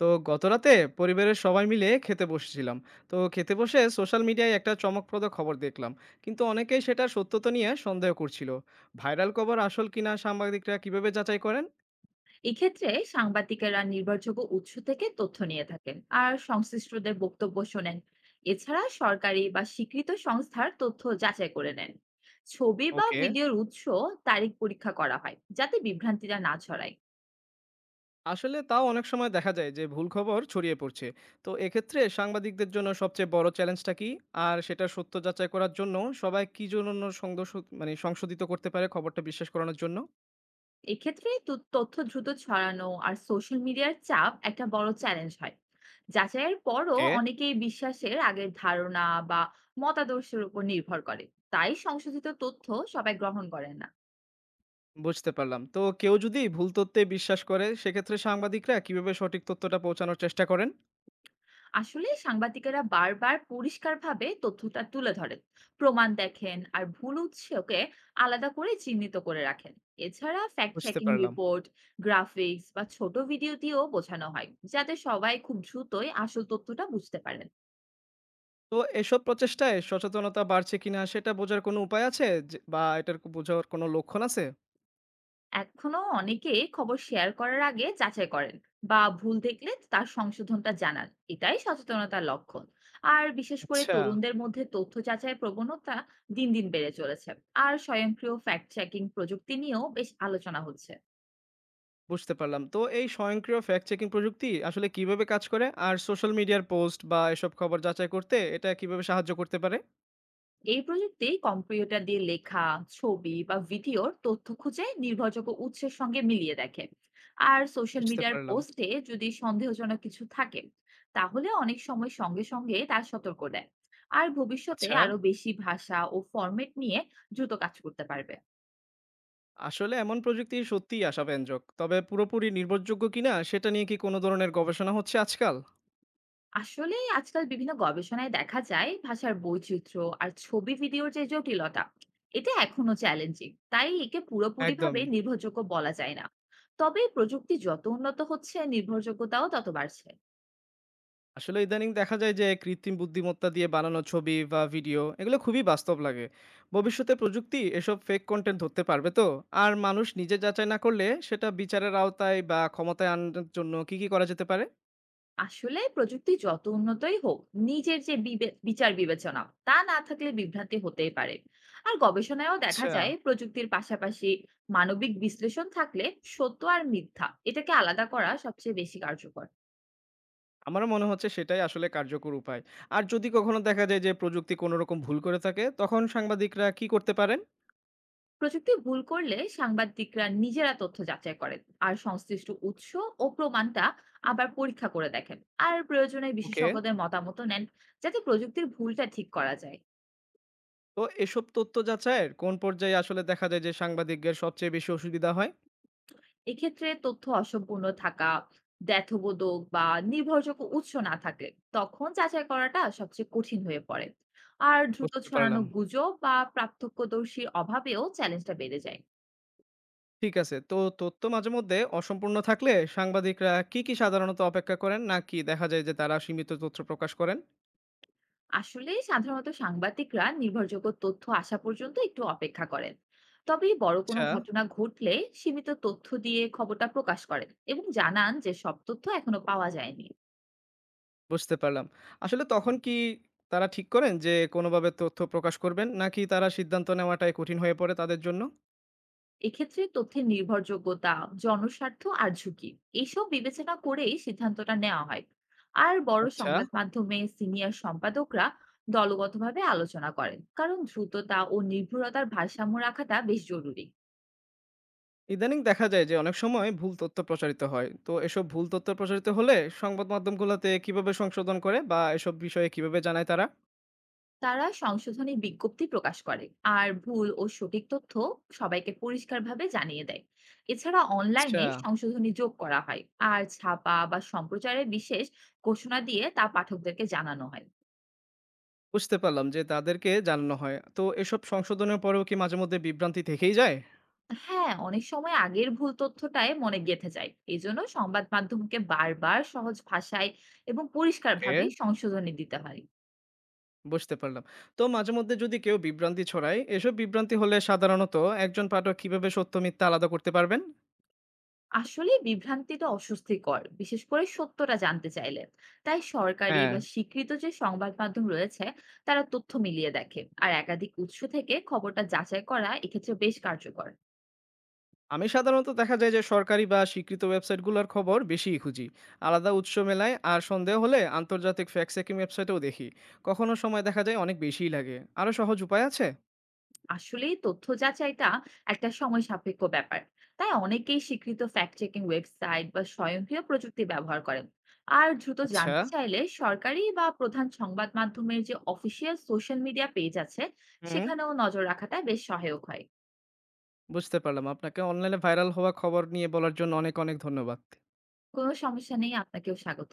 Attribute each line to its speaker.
Speaker 1: তো গতরাতে পরিবারের সবাই মিলে খেতে বসেছিলাম। তো খেতে বসে সোশ্যাল মিডিয়ায় একটা চমকপ্রদ খবর দেখলাম, কিন্তু অনেকেই সেটা সত্যতা নিয়ে সন্দেহ করছিল। ভাইরাল খবর আসল কিনা সাংবাদিকরা কিভাবে যাচাই করেন?
Speaker 2: এক্ষেত্রে সাংবাদিকেরা নির্ভরযোগ্য উৎস থেকে তথ্য নিয়ে থাকেন আর সংশ্লিষ্টদের বক্তব্য শোনেন। এছাড়া সরকারি বা স্বীকৃত সংস্থার তথ্য যাচাই করে নেন। ছবি বা
Speaker 1: ওকে।
Speaker 2: ভিডিওর উৎস, তারিখ পরীক্ষা করা হয় যাতে বিভ্রান্তিটা না ছড়ায়।
Speaker 1: আসলে তাও অনেক সময় দেখা যায় যে ভুল খবর ছড়িয়ে পড়ছে। তো এক্ষেত্রে সাংবাদিকদের জন্য সবচেয়ে বড় চ্যালেঞ্জটা কি? আর সেটা সত্য যাচাই করার জন্য সবাই কি জন্য সংশোধিত করতে পারে খবরটা বিশ্বাস করানোর জন্য?
Speaker 2: এক্ষেত্রে তথ্য দ্রুত ছড়ানো আর সোশ্যাল মিডিয়ার চাপ একটা বড় চ্যালেঞ্জ হয়। যাচাইয়ের পরও অনেকেই বিশ্বাসের আগের ধারণা বা মতাদর্শের উপর নির্ভর করে। তাই সংশোধিত তথ্য সবাই গ্রহণ করে না।
Speaker 1: বুঝতে পারলাম। তো কেউ যদি ভুল তথ্যে বিশ্বাস করে, সেক্ষেত্রে সাংবাদিকরা কিভাবে সঠিক তথ্যটা পৌঁছানোর চেষ্টা করেন?
Speaker 2: আসলে সাংবাদিকেরা বারবার পরিষ্কারভাবে তথ্যটা তুলে ধরেন, প্রমাণ দেখেন আর ভুল উৎসকে আলাদা করে চিহ্নিত করে রাখেন। এছাড়া ফ্যাক্ট
Speaker 1: বুঝতে
Speaker 2: চেকিং
Speaker 1: পারলাম।
Speaker 2: রিপোর্ট, গ্রাফিক্স বা ছোট ভিডিও দিয়েও বোঝানো হয় যাতে সবাই খুব দ্রুতই আসল তথ্যটা বুঝতে পারেন।
Speaker 1: তো এসব প্রচেষ্টায় সচেতনতা বাড়ছে কিনা সেটা বোঝার কোনো উপায় আছে? যে বা এটার বোঝার কোনো লক্ষণ আছে?
Speaker 2: এখনো অনেকে খবর শেয়ার করার আগে যাচাই করেন বা ভুল দেখলে তার সংশোধনটা জানান। এটাই সচেতনতার লক্ষণ। আর বিশেষ করে
Speaker 1: আচ্ছা,
Speaker 2: তরুণদের মধ্যে তথ্য যাচাইয়ের প্রবণতা দিন দিন বেড়ে চলেছে। আর স্বয়ংক্রিয় ফ্যাক্ট চেকিং প্রযুক্তি নিয়েও বেশ আলোচনা হচ্ছে।
Speaker 1: বুঝতে পারলাম। তো এই স্বয়ংক্রিয় ফ্যাক্ট চেকিং প্রযুক্তি আসলে কিভাবে কাজ করে? আর সোশ্যাল মিডিয়ার পোস্ট বা এসব খবর যাচাই করতে এটা কিভাবে সাহায্য করতে পারে?
Speaker 2: এই প্রযুক্তি কম্পিউটার দিয়ে লেখা, ছবি বা ভিডিওর তথ্য খুঁজে নির্ভরযোগ্য উৎসের সঙ্গে মিলিয়ে দেখে। আর সোশ্যাল
Speaker 1: বুঝতে
Speaker 2: মিডিয়ার
Speaker 1: পারলাম।
Speaker 2: পোস্টে যদি সন্দেহজনক কিছু থাকে, তাহলে অনেক সময় সঙ্গে সঙ্গে তা সতর্ক দেয়। আর ভবিষ্যতে
Speaker 1: আচ্ছা,
Speaker 2: আরো বেশি ভাষা ও ফরম্যাট নিয়ে দ্রুত কাজ করতে পারবে।
Speaker 1: আসলে এমন প্রযুক্তি সত্যিই আশাব্যঞ্জক। তবে পুরোপুরি নির্ভরযোগ্য কিনা সেটা নিয়ে কি কোনো ধরনের গবেষণা হচ্ছে আজকাল?
Speaker 2: আসলে আজকাল বিভিন্ন গবেষণায় দেখা যায় ভাষার বৈচিত্র্য আর ছবি ভিডিওর যে জটিলতা, এটা এখনো চ্যালেঞ্জিং, তাই একে পুরোপুরি ভাবে
Speaker 1: একদমই।
Speaker 2: নির্ভরযোগ্য বলা যায় না। তবে প্রযুক্তি যত উন্নত হচ্ছে নির্ভরযোগ্যতাও তত বাড়ছে।
Speaker 1: আসলে ইদানিং দেখা যায় যে কৃত্রিম বুদ্ধিমত্তা দিয়ে বানানো ছবি বা ভিডিও এগুলো খুবই বাস্তব লাগে। ভবিষ্যতে প্রযুক্তি এসব ফেক কনটেন্ট ধরতে পারবে তো? আর মানুষ নিজে যাচাই না করলে সেটা বিচারের আওতায় বা ক্ষমতায় আনার জন্য কি করা যেতে পারে?
Speaker 2: আসলে প্রযুক্তি যত উন্নতই হোক, নিজের যে বিচার বিবেচনা তা না থাকলে বিভ্রান্তি হতেই পারে। আর গবেষণায়ও দেখা
Speaker 1: আচ্ছা,
Speaker 2: যায় প্রযুক্তির পাশাপাশি মানবিক বিশ্লেষণ থাকলে সত্য আর মিথ্যা এটাকে আলাদা করা সবচেয়ে বেশি কার্যকর।
Speaker 1: আমারও মনে হচ্ছে সেটাই আসলে কার্যকর উপায়। আর যদি কখনো দেখা যায় যে প্রযুক্তি কোনো রকম ভুল করে থাকে তখন সাংবাদিকরা কি করতে পারেন?
Speaker 2: প্রযুক্তি ভুল করলে সাংবাদিকরা নিজেরা তথ্য যাচাই করেন আর সংশ্লিষ্ট উৎস ও প্রমাণটা আবার পরীক্ষা করে দেখেন। আর প্রয়োজনে
Speaker 1: ওকে,
Speaker 2: বিশেষজ্ঞদের মতামত নেন যাতে প্রযুক্তির ভুলটা ঠিক করা যায়।
Speaker 1: তো এসব তথ্য যাচাইয়ের কোন পর্যায়ে আসলে দেখা যায় যে সাংবাদিকদের সবচেয়ে বেশি অসুবিধা হয়?
Speaker 2: এক্ষেত্রে তথ্য অসম্পূর্ণ থাকা, দ্ব্যর্থবোধক বা নির্ভরযোগ্য উৎস না থাকলে তখন যাচাই করাটা সবচেয়ে কঠিন হয়ে পড়ে। আর দ্রুত
Speaker 1: বুঝতে
Speaker 2: ছড়ানো
Speaker 1: পারলাম।
Speaker 2: গুজব বা পার্থক্যদর্শীর অভাবেও চ্যালেঞ্জটা বেড়ে যায়।
Speaker 1: ঠিক আছে। তো তথ্য মাঝে মধ্যে অসম্পূর্ণ থাকলে সাংবাদিকরা কি সাধারণত অপেক্ষা করেন? নাকি দেখা যায় যে তারা সীমিত তথ্য প্রকাশ করেন?
Speaker 2: আসলে সাধারণত সাংবাদিকরা নির্ভরযোগ্য তথ্য আসা পর্যন্ত একটু অপেক্ষা করেন। তবে বড় কোনো
Speaker 1: আচ্ছা,
Speaker 2: ঘটনা ঘটলে সীমিত তথ্য দিয়ে খবরটা প্রকাশ করেন এবং জানান যে সব তথ্য এখনো পাওয়া যায়নি।
Speaker 1: বুঝতে পারলাম। আসলে তখন কি তারা ঠিক করেন যে কোনোভাবে তথ্য প্রকাশ করবেন? নাকি তারা সিদ্ধান্ত নেওয়াটাই কঠিন হয়ে পড়ে তাদের জন্য?
Speaker 2: এক্ষেত্রে তথ্যের নির্ভরযোগ্যতা, জনস্বার্থ আর ঝুঁকি এইসব বিবেচনা করেই সিদ্ধান্তটা নেওয়া হয়। আর বড়
Speaker 1: আচ্ছা,
Speaker 2: সংবাদ মাধ্যমে সিনিয়র সম্পাদকরা দলগতভাবে আলোচনা করেন কারণ দ্রুততা ও নির্ভুলতার ভারসাম্য রাখাটা বেশ জরুরি।
Speaker 1: ইদানিং দেখা যায় যে অনেক সময় ভুল তথ্য প্রচারিত হয়। তো এসব ভুল তথ্য প্রচারিত হলে সংবাদ মাধ্যমগুলোতে কিভাবে সংশোধন করে বা এসব বিষয়ে কিভাবে জানায় তারা?
Speaker 2: তারা সংশোধনী বিজ্ঞপ্তি প্রকাশ করে আর ভুল ও সঠিক তথ্য সবাইকে পরিষ্কারভাবে জানিয়ে দেয়। এছাড়া
Speaker 1: আচ্ছা।
Speaker 2: অনলাইনে সংশোধনী যোগ করা হয়। আর ছাপা বা সম্প্রচারে বিশেষ ঘোষণা দিয়ে তা পাঠকদেরকে জানানো হয়।
Speaker 1: বুঝতে পারলাম যে তাদেরকে জানানো হয়। তো এসব সংশোধনের পরেও কি মাঝে মধ্যে বিভ্রান্তি থেকেই যায়?
Speaker 2: হ্যাঁ, অনেক সময় আগের ভুল তথ্যটাই মনে গেঁথে যায়, এই জন্য সংবাদ মাধ্যমকে বারবার সহজ ভাষায় এবং
Speaker 1: ওকে,
Speaker 2: পরিষ্কারভাবে সংশোধনী দিতে হয়।
Speaker 1: বুঝতে পারলাম। তো মাঝে মধ্যে যদি কেউ বিভ্রান্তি ছড়ায়, এসব বিভ্রান্তি হলে সাধারণত একজন পাঠক কিভাবে সত্য মিথ্যা আলাদা করতে পারবেন?
Speaker 2: আসলে বিভ্রান্তি তো অস্বস্তিকর, বিশেষ করে সত্যটা জানতে চাইলে। তাই সরকারি
Speaker 1: হ্যাঁ,
Speaker 2: বা স্বীকৃত যে সংবাদ মাধ্যম রয়েছে তারা তথ্য মিলিয়ে দেখে, আর একাধিক উৎস থেকে খবরটা যাচাই করা এক্ষেত্রে বেশ কার্যকর।
Speaker 1: আমি সাধারণত দেখা যায় যে সরকারি বা স্বীকৃত ওয়েবসাইটগুলোর খবর বেশিই খুঁজি। আলাদা উৎস মেলায় আর সন্দেহ হলে আন্তর্জাতিক ফ্যাক্ট চেকিং ওয়েবসাইটেও দেখি। কখনো সময় দেখা যায় অনেক বেশিই লাগে। আরো সহজ উপায় আছে?
Speaker 2: আসলেই তথ্য যাচাইটা একটা সময় সাপেক্ষ ব্যাপার। তাই অনেকেই স্বীকৃত ফ্যাক্ট চেকিং ওয়েবসাইট বা স্বয়ংক্রিয় প্রযুক্তি ব্যবহার করেন। আর দ্রুত
Speaker 1: আচ্ছা,
Speaker 2: জানতে চাইলে সরকারি বা প্রধান সংবাদ মাধ্যমের যে অফিসিয়াল সোশ্যাল মিডিয়া পেজ আছে,
Speaker 1: হুম।
Speaker 2: সেখানেও নজর রাখাটা বেশ সহায়ক হয়।
Speaker 1: বুঝতে পারলাম। আপনাকে অনলাইনে ভাইরাল হওয়া খবর নিয়ে বলার জন্য অনেক, অনেক ধন্যবাদ।
Speaker 2: কোনো সমস্যা নেই। আপনাকেও স্বাগত।